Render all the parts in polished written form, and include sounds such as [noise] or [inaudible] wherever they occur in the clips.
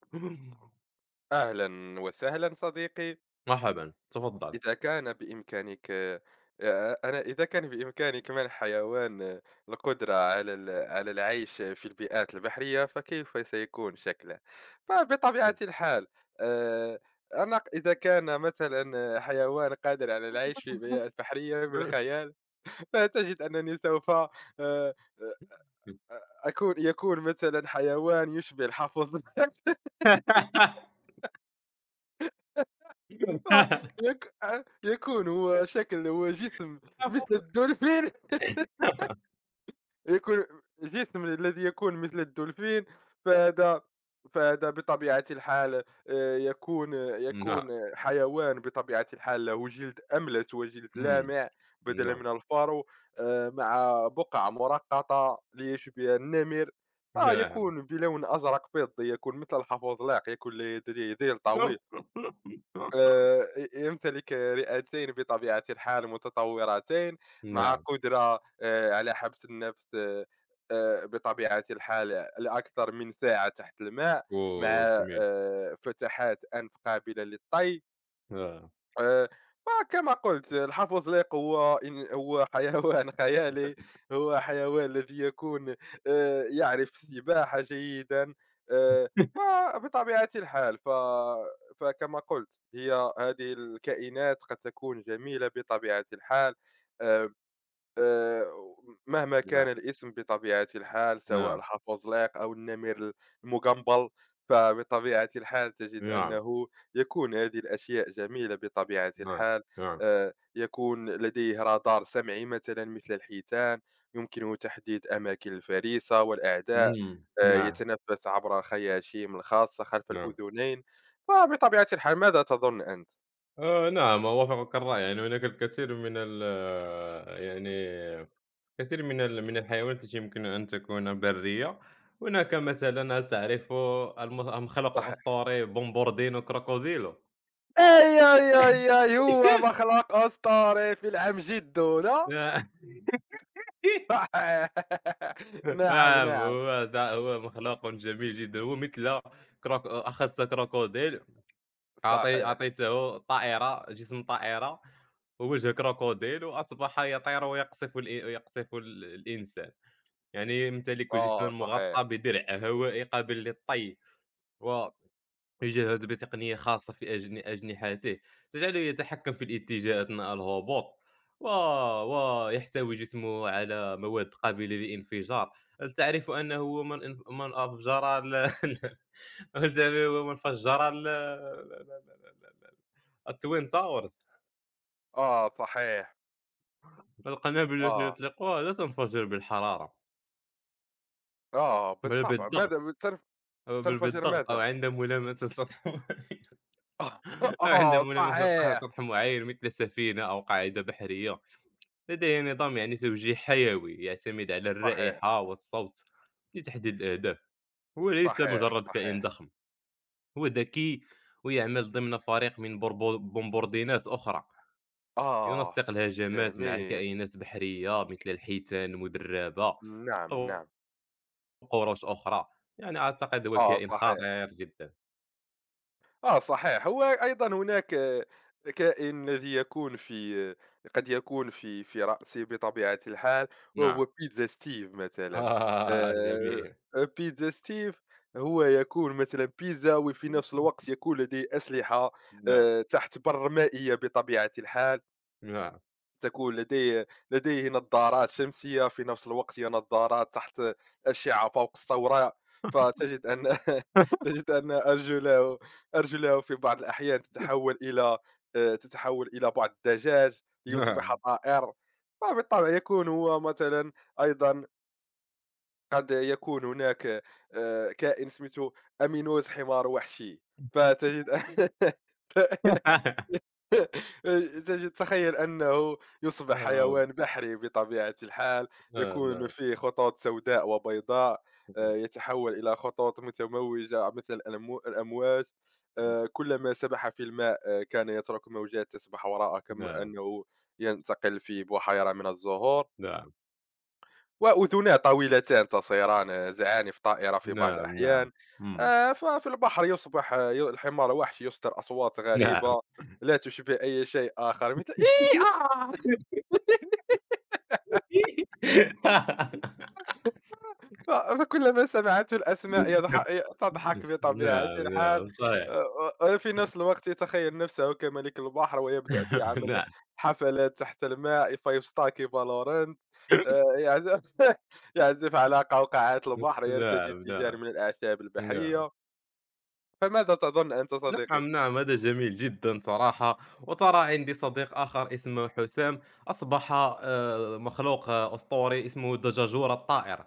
[clears throat] أهلا وسهلا صديقي. مرحبًا، تفضّل. إذا كان بإمكانك إذا كان بإمكانك منح حيوان القدرة على على العيش في البيئات البحرية، فكيف سيكون شكله؟ فبطبيعة الحال آه، أنا إذا كان مثلا حيوان قادر على العيش في بيئات بحرية من الخيال، فتجد أنني سوف آه، يكون مثلا حيوان يشبه الحفظ [laughs] [laughs] فيك- يكون هو جسم مثل الدولفين، يكون جسم الذي يكون مثل الدولفين. فهذا فهذا بطبيعة الحال يكون نعم، يكون حيوان بطبيعة الحال، له جلد أملس وجلد إمم، لامع بدلا نعم، من الفارو، مع بقع مرقطة ليشبه النمر. نعم. فيكون بلون أزرق فضي، يكون مثل الحفاظ لاق، يكون لديه يديه طويلة. [laughs] يمتلك رئتين بطبيعة الحال متطورتين، مع نعم، قدرة على حبس النفس بطبيعة الحال لأكثر من ساعة تحت الماء، مع أوه جميل. فتحات أنف قابلة للطي. آه، آآ، فكما قُلت الحَفْظ الأطلِق هو هو حيوان [laughs] خيالي، هو حيوان الذي يكون يعرف السباحة جيدًا. آآ، فبطبيعة الحال فكما قُلت هي هذه الكائنات قد تكون جميلة بطبيعة الحال، آآ آآ مهما نعم، كان الاسم بطبيعة الحال، سواء نعم، الحافظلاق أو النمر المجمبل. فبطبيعة الحال تجد نعم، أنه يكون هذه الأشياء جميلة بطبيعة نعم، الحال. نعم، يكون لديه رادار سمعي مثلًا مثل الحيتان، يمكنه تحديد أماكن الفريسة والأعداء. إمم، نعم، يتنفس عبر الخياشيم الخاصة خلف نعم. الأذنين. فبطبيعة الحال، ماذا تظن أنت؟ نعم أوافقك الرأي، يعني هناك الكثير من يعني كثير من من الحيوانات التي يمكن أن تكون برية، هناك مثلًا هل تعرف المخلوق صحيح. الأسطوري بومبوردينو كروكوديلو؟ اي اي اي اي، هو [laughs] مخلوق اسطوري في العم جده لا. صحيح [laughs] نعم، نعم نعم. هو مخلوق جميل جدًا، هو مثل كروك أخذت كروكوديل صحيح. أعطيته طائرة جسم طائرة ووجه كروكوديل وأصبح يطير ويقصف يقصف الإنسان، يعني يمتلك جسمًا اه، صحيح. مغطى بدرع هوائي قابل للطي و يجهز بتقنية خاصة في أجنحته تجعله يتحكم في الاتجاه أثناء الهبوط و... ويحتوي جسمه على مواد قابلة للانفجار. هل تعرف أنه هو من أفجر ال... [laughs] هل تعرف هو من فجر ال... [laughs] التوين تاورز. اه، صحيح. القنابل التي اه، يطلقها لا تنفجر بالحرارة اه، بل بالطبع. بالضغط، ماذا تنفجر؟ أو ماذا عند ملامسة سطح [laughs] [laughs] اه. أو عند آه، ملامسة سطح صحيح. معين مثل سفينة أو قاعدة بحرية. لديه نظام يعني زوجي حيوي يعتمد على الرائحة صحيح. والصوت لتحديد الأهداف. هو ليس صحيح. مجرد كائن صحيح. ضخم، هو ذكي ويعمل ضمن فريق من بومبوردينات أخرى، اه، ينسق الهجمات مع جميل. كائنات بحرية مثل الحيتان المدربة نعم، أو نعم. قروش أخرى. يعني أعتقد هو اه، كائن صحيح. خطير جدا. آه، صحيح. هو أيضًا هناك كائن الذي يكون في آه، قد يكون في رأسي بطبيعة الحال، نعم. وهو بيتزا ستيف [laughs] مثلًا. آه آآ جميل. بيتزا ستيف، هو يكون مثلًا بيتزا، وفي نفس الوقت يكون لديه أسلحة نعم، تحت بَرّ مائية بطبيعة الحال. نعم. تكون لديه نظارات شمسية، في نفس الوقت هي نظارات تحت أشعة فوق السوراء. فتجد أن [laughs] [laughs] تجد أن أرجله في بعض الأحيان تتحول إلى بعض الدجاج ليصبح نعم. طائر. فبالطبع يكون هو مثلًا أيضًا، قد يكون هناك كائن سميته أمينوس حمار وحشي. فتجد [laughs] [laughs] [laughs] تخيل أنه يصبح آه، حيوان بحري بطبيعة الحال، آه، يكون نعم، فيه خطوط سوداء وبيضاء، يتحول إلى خطوط متموجة مثل الأمواج. كلما سبح في الماء كان يترك موجات تسبح وراءه، كما نعم، أنه ينتقل في بحيرة من الزهور. نعم، وأذناه طويلتان تسيران زعان في طائرة في بعض نعم، نعم. الأحيان. إمم، ففي البحر يصبح الحمار وحشي يصدر أصوات نعم. غريبة لا تشبه أي شيء آخر، مثل إي آه [laughs] فكلما سمعته الأسماء تضحك بطبيعة نعم، الحال. نعم، صحيح. وفي [laughs] نفس الوقت يتخيل نفسه كملك البحر، ويبدأ بعمل نعم، حفلات تحت الماء فيستقطب لورنت. يعزف [laughs] يعزف على قوقعات البحر، يرتدي نعم، تيجان نعم، من الأعشاب نعم. البحرية. فماذا تظن أنت صديقي؟ نعم، نعم، هذا جميل جدًا صراحة. وترى عندي صديق آخر اسمه حسام، أصبح مخلوق أسطوري اسمه الدجاجورة الطائر.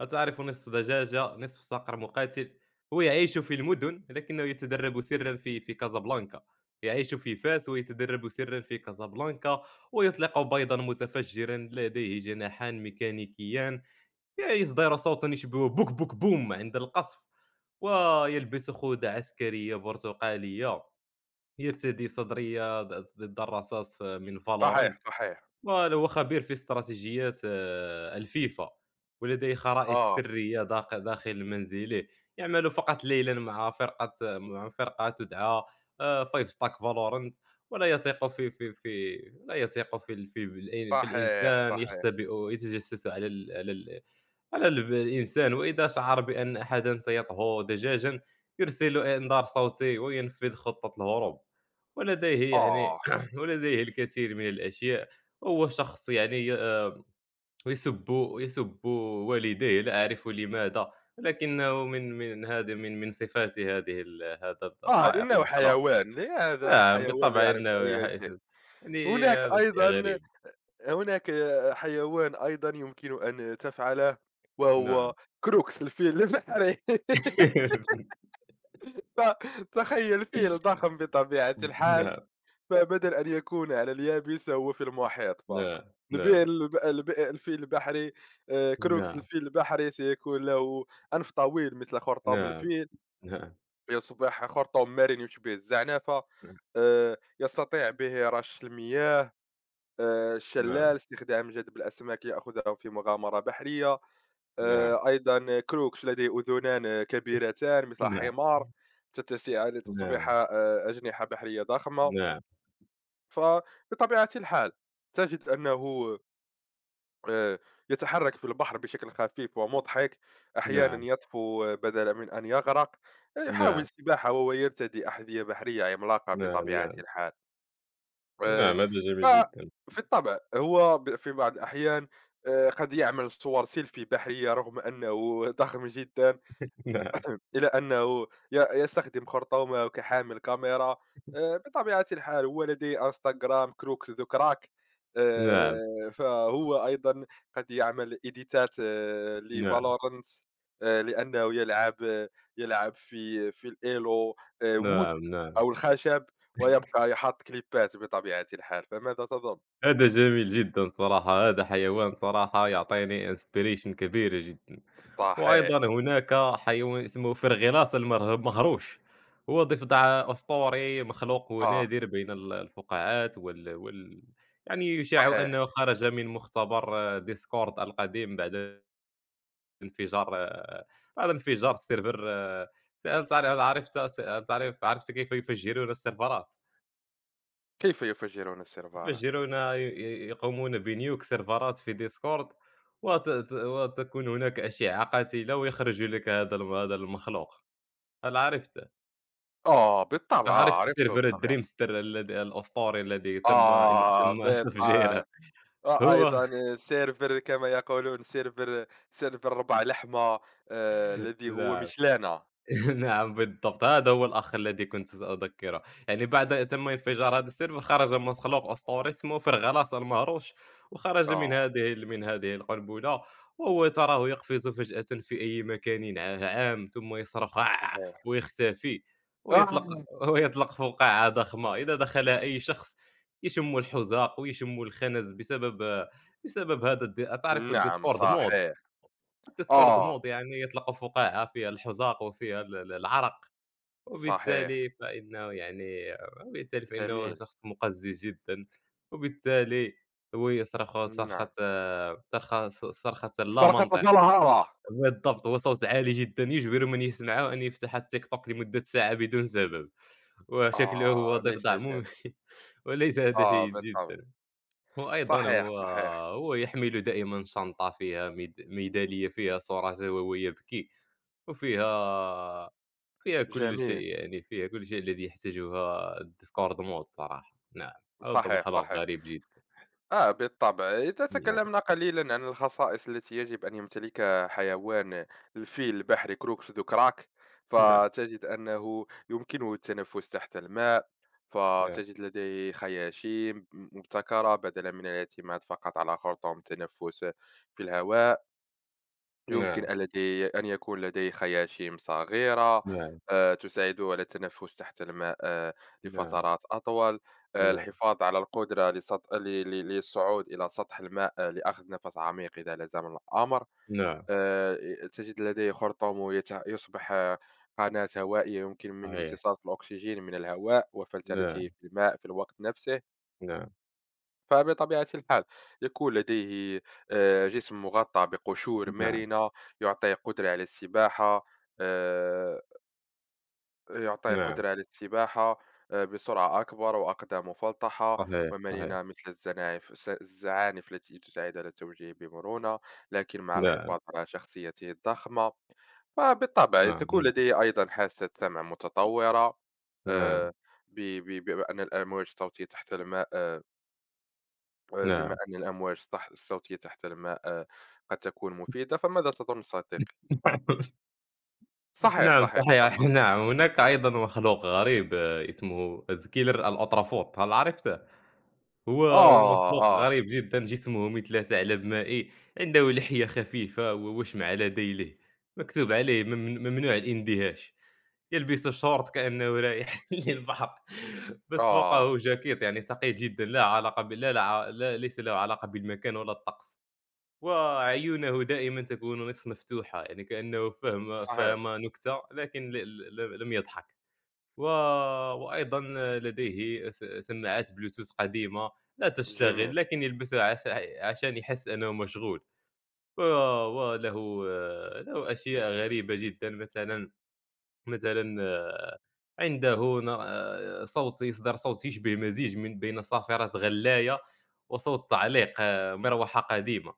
أتعرف، نصف دجاجة، نصف صقر مقاتل، هو يعيش في المدن لكنه يتدرب سرًا في كازابلانكا، يعيش في فاس ويتدرب سرًا في كازابلانكا، ويطلق بيضًا متفجرًا، لديه جناحان ميكانيكيان، يصدر صوتًا يشبه بوك بوك بوم عند القصف، ويلبس خوذة عسكرية برتقالية، يرتدي صدرية ضد الرصاص من صحيح، Valorant. صحيح. فوالا هو خبير في استراتيجيات الفيفا، ولديه خرائط آه. سرية داخل منزله، يعمل فقط ليلا مع فرقة تدعى فايف ستاك فالورنت. ولا يثق في، لا يثق في صحيح، الانسان، صحيح. يختبئ، يتجسس على الإنسان، وإذا شعر بأن أحدًا سيطهو دجاجًا يرسل إنذار صوتي وينفذ خطة الهروب، ولديه يعني آه. [clears throat] ولديه الكثير من الأشياء. وهو شخص يعني يسُبّ، والديه لا أعرف لماذا، ولكنه من صفات هذه ال هذا ال آه، الطائر إنه المخلوق، حيوان. لهذا نعم الحيوان لا بالطبع يعرف إنه أي شيء. يعني هناك هذا شيء أيضًا غريب، هناك حيوان أيضًا يمكن أن تفعله، وهو نعم. كروكس الفيل البحري [laughs] [laughs] فتخيّل فيل ضخم بطبيعة الحال، نعم، فبدل أن يكون على اليابس هو في المحيط بقى. نعم، البئر نعم، الب الب الفيل البحري. كروكس نعم، الفيل البحري سيكون له أنف طويل مثل خرطوم نعم، الفيل، نعم. يصبح خرطوم مرن يشبه الزعنفة. نعم، يستطيع به رش المياه، الشلال، استخدام جذب الأسماك، يأخذهم في مغامرة بحرية. نعم، أيضًا كروكس لديه أذنان كبيرتان مثل نعم، حمار، تتسع لتصبح نعم، أجنحة بحرية ضخمة. نعم، فبطبيعة الحال تجد أنه آآ، يتحرك في البحر بشكل خفيف ومضحك، أحيانًا نعم، يطفو بدلًا من أن يغرق. يحاول نعم، السباحة وهو يرتدي أحذية بحرية عملاقة بطبيعة الحال. نعم، نعم، نعم، آآ، نعم، هذا ف جميل جدًا. في الطبع هو في بعض الأحيان قد يعمل صور سيلفي بحرية رغم أنه [laughs] ضخم جدًا. [laughs] نعم، إلى أنه ي يستخدم خرطومه كحامل كاميرا. بطبيعة الحال هو لديه إنستغرام كروك ذو كراك. نعم، آآ، فهو أيضًا قد يعمل إيديتات نعم، لValorant، لأنه يلعب في الElo، Wood نعم، نعم. أو الخشب. [laughs] ويبقى يحط كليبات بطبيعة الحال. فماذا تظن؟ هذا جميل جدًا صراحة، هذا حيوان صراحة يعطيني inspiration كبيرة جدًا. صحيح. وأيضًا هناك حيوان اسمه فرغلاص المره المهروش، هو ضفدع أسطوري مخلوق آه، ونادر بين الفقاعات وال وال يعني يُشاع صحيح. أنه خرج من مختبر Discord القديم بعد انفجار، هذا انفجار السيرفر، أنت عار عرفت أنت عرفت كيف يفجّرون السيرفرات، كيف يفجرون السيرفرات؟ يفجّرون ي ي يقومون بNuke سيرفرات في Discord وت ت وتكون هناك أشعة قاتلة ويخرج لك هذا المخلوق. هل عرفت، آه، بالطبع. عرفته سيرفر بطبيعة. Dreamster الأسطوري الذي آه تم [laughs] تفجيره؟ بالطبع. هو وأيضًا سيرفر كما يقولون، سيرفر ربع لحمة الذي هو لا. مش لنا. [laughs] نعم بالضبط، هذا هو الأخ الذي كنت أذكره، يعني بعد تم انفجار هذا السيرفر خرج مخلوق أسطوري اسمه فرغلاس المهروش، وخرج آه، من هذه القنبلة، وهو تراه يقفز فجأة في أي مكان عام ثم يصرخ "عاع" صحيح. ويختفي، ويطلق آه، ويطلق فقاعة ضخمة، إذا دخلها أي شخص يشم الحزاق ويشم الخنز بسبب هذا الد تعرف نعم، الdiscord صحيح. mod، الديسكورد آه، موضة يعني يطلق فقاعة فيها الحزاق وفيها ال ال العرق، صحيح، وبالتالي فإنه يعني وبالتالي فإنه جميل. شخص مقزز جدًا، وبالتالي هو يصرخ صرخة، نعم. صرخة ص صرخة لا استرقت منطق. جلهارة. بالضبط، هو صوت عالي جدًا يجبر من يسمعه أن يفتح التيك توك لمدة ساعة بدون سبب، وشكله هو آه، ليس ضفدع مميت. جميل. [laughs] وليس هذا آه، جيد بالطبع. جدًا، وأيضًا صحيح، هو صحيح. هو يحمل دائمًا شنطة فيها ميدالية فيها صورته وهو يبكي. وفيها فيها كل شيء جميل. يعني، فيها كل شيء الذي يحتاجها الdiscordement صراحة، نعم. هذا صحيح، مخلوق صحيح. غريب جدًا، آه، بالطبع. إذا نعم، تكلمنا قليلًا عن الخصائص التي يجب أن يمتلكها حيوان الفيل البحري كروكس دو كراك، نعم، فتجد أنه يمكنه التنفس تحت الماء. فتجد لديه خياشيم مبتكرة بدلًا من الاعتماد فقط على خرطوم التنفس في الهواء. يمكن نعم، أن لديه أن يكون لديه خياشيم صغيرة نعم، تساعده على التنفس تحت الماء نعم، لفترات أطول. نعم، نعم، الحفاظ على القدرة للصعود إلى سطح الماء لأخذ نفس عميق إذا لزم الأمر. نعم، آه، تجد لديه خرطوم يصبح قناة هوائية يمكن من صحيح، امتصاص الأكسجين من الهواء وفلترته نعم، في الماء في الوقت نفسه. نعم، فبطبيعة الحال يكون لديه جسم مغطى بقشور نعم، مرنة يعطي قدرة على السباحة. آه، يعطي نعم، قدرة على السباحة بسرعة أكبر، وأقدام مفلطحة صحيح، صحيح، ومرنة مثل الزناعف الزعانف التي تساعد على التوجيه بمرونة، لكن مع نعم، الحفاظ على شخصيته الضخمة. فبالطبع نعم، تكون نعم، لديه أيضا حاسة سمع متطورة، نعم. آه، ب- ب- بأن الأمواج الصوتية تحت الماء بما أن الأمواج الصوتية تحت الماء قد تكون مفيدة. فماذا تظن صديقي؟ [laughs] نعم، صحيح، نعم، صحيح، صحيح، تفضل. نعم، هناك أيضًا مخلوق غريب، اسمه الkiller الأطرافوت، هل عرفته؟ هو آه. مخلوق آه. غريب جدًا، جسمه مثل ثعلب مائي، عنده لحية خفيفة و وشم على ذيله، مكتوب عليه ممنوع الاندهاش، يلبس شورت كأنه رايح [laughs] للبحر، بس آه. فوقه جاكيت يعني ثقيل جدًا، لا علاقة ب لا لا ع لا ليس له علاقة بالمكان ولا الطقس، وعيونه دائمًا تكون نصف مفتوحة، يعني كأنه فهم صحيح. نكتة لكن ل ل لم يضحك. و وأيضًا لديه سماعات بلوتوث قديمة لا جميل. تشتغل، لكن يلبسها عشان يحس أنه مشغول، و وله، له أشياء غريبة جدًا مثلًا، مثلًا آه، عنده ن آه، صوت، صوت يشبه مزيج من بين صافرة غلاية وصوت تعليق، مروحة قديمة،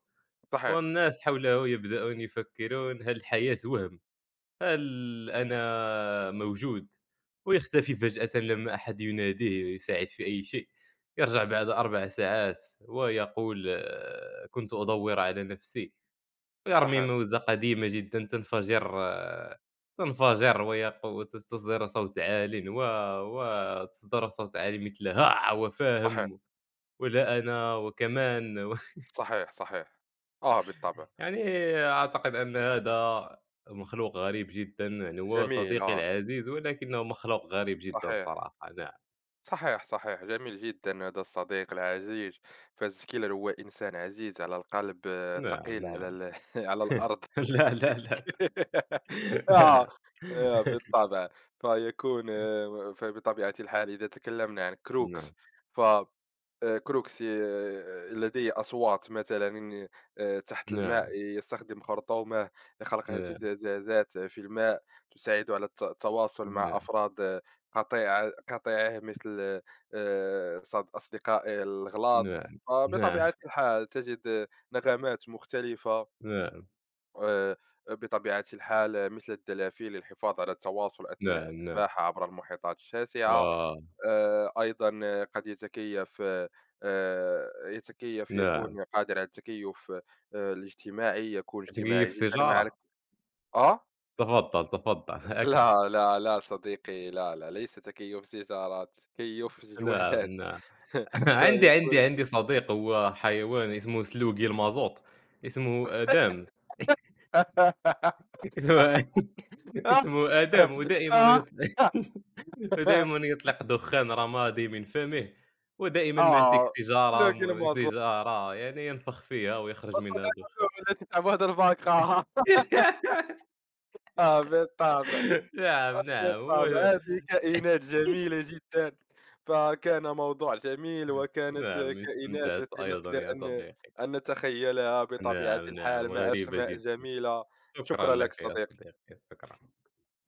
صحيح. والناس حوله يبدؤون يفكرون: هل الحياة وهم؟ هل أنا موجود؟ ويختفي فجأةً لما أحد يناديه ويساعد في أي شيء. يرجع بعد 4 ساعات ويقول: "كنت أدوّر على نفسي." ويرمي صحيح. موزة قديمة جدًا تنفجر، وتصدر صوت عالٍ، مثل: "ها! صحيح. وفاهم، ولا أنا، وكمان." صحيح. صحيح. آه، بالطبع. يعني أعتقد أن هذا مخلوق غريب جدًا، يعني هو جميل. صديقي آه، العزيز ولكنه مخلوق غريب جدًا صحيح. صراحة، نعم، صحيح. صحيح. جميل جدا، هذا الصديق العزيز. فالزكيلر هو إنسان عزيز على القلب، ثقيل نعم، على نعم. ال... [laughs] على [laughs] الأرض لا، لا، [laughs] آه، لا. [laughs] آه، بالطبع. فيكون آه، فبطبيعة الحال إذا تكلمنا عن كروكس، نعم، ف كروكس لديه أصوات مثلًا تحت نعم، الماء يستخدم خرطومه لخلق نعم، اهتزازات في الماء تساعده على التواصل مع نعم، أفراد قطيعه مثل أصدقائه الغلاط. نعم، نعم، فبطبيعة الحال تجد نغمات مختلفة نعم، نعم، آآ، بطبيعة الحال مثل الدلافين، للحفاظ على التواصل أثناء نعم، نعم، السباحة عبر المحيطات الشاسعة. آه، أيضًا قد يتكيف نعم. يكون قادر على التكيف الاجتماعي، يكون كتكيّف اجتماعي جدًا مع السيجارة؟ آه؟ تفضّل، تفضّل [laughs] أكمل. لا، لا، لا صديقي، لا، لا، ليس تكيف سيجارة، تكيف نعم، جوانات نعم. [laughs] [laughs] فيكون عندي صديق هو حيوان اسمه سلوقي المازوط، اسمه آدم. [laughs] اسمه [laughs] آه، اسمه آدم [laughs] ودائما آه، يطلق [laughs] ودائما [laughs] يطلق دخان رمادي من فمه، ودائما آه، ماسك آه، سيجارة سيجارة يعني ينفخ فيها ويخرج قصة منها دخان. التي تعبها البقاء. [laughs] آه بالطبع. نعم، آه نعم بالطبع [laughs] هو. هذه كائنات [laughs] جميلة جدا. فكان موضوع جميل، وكانت نعم كائنات استمتعت التي أيضا نقدر يا أن صديقي. أن نتخيلها بطبيعة نعم، الحال نعم، مع غريبة أسماء جدا. جميلة. شكرا شكرا لك لك يا صديقي. صديقي، شكرا.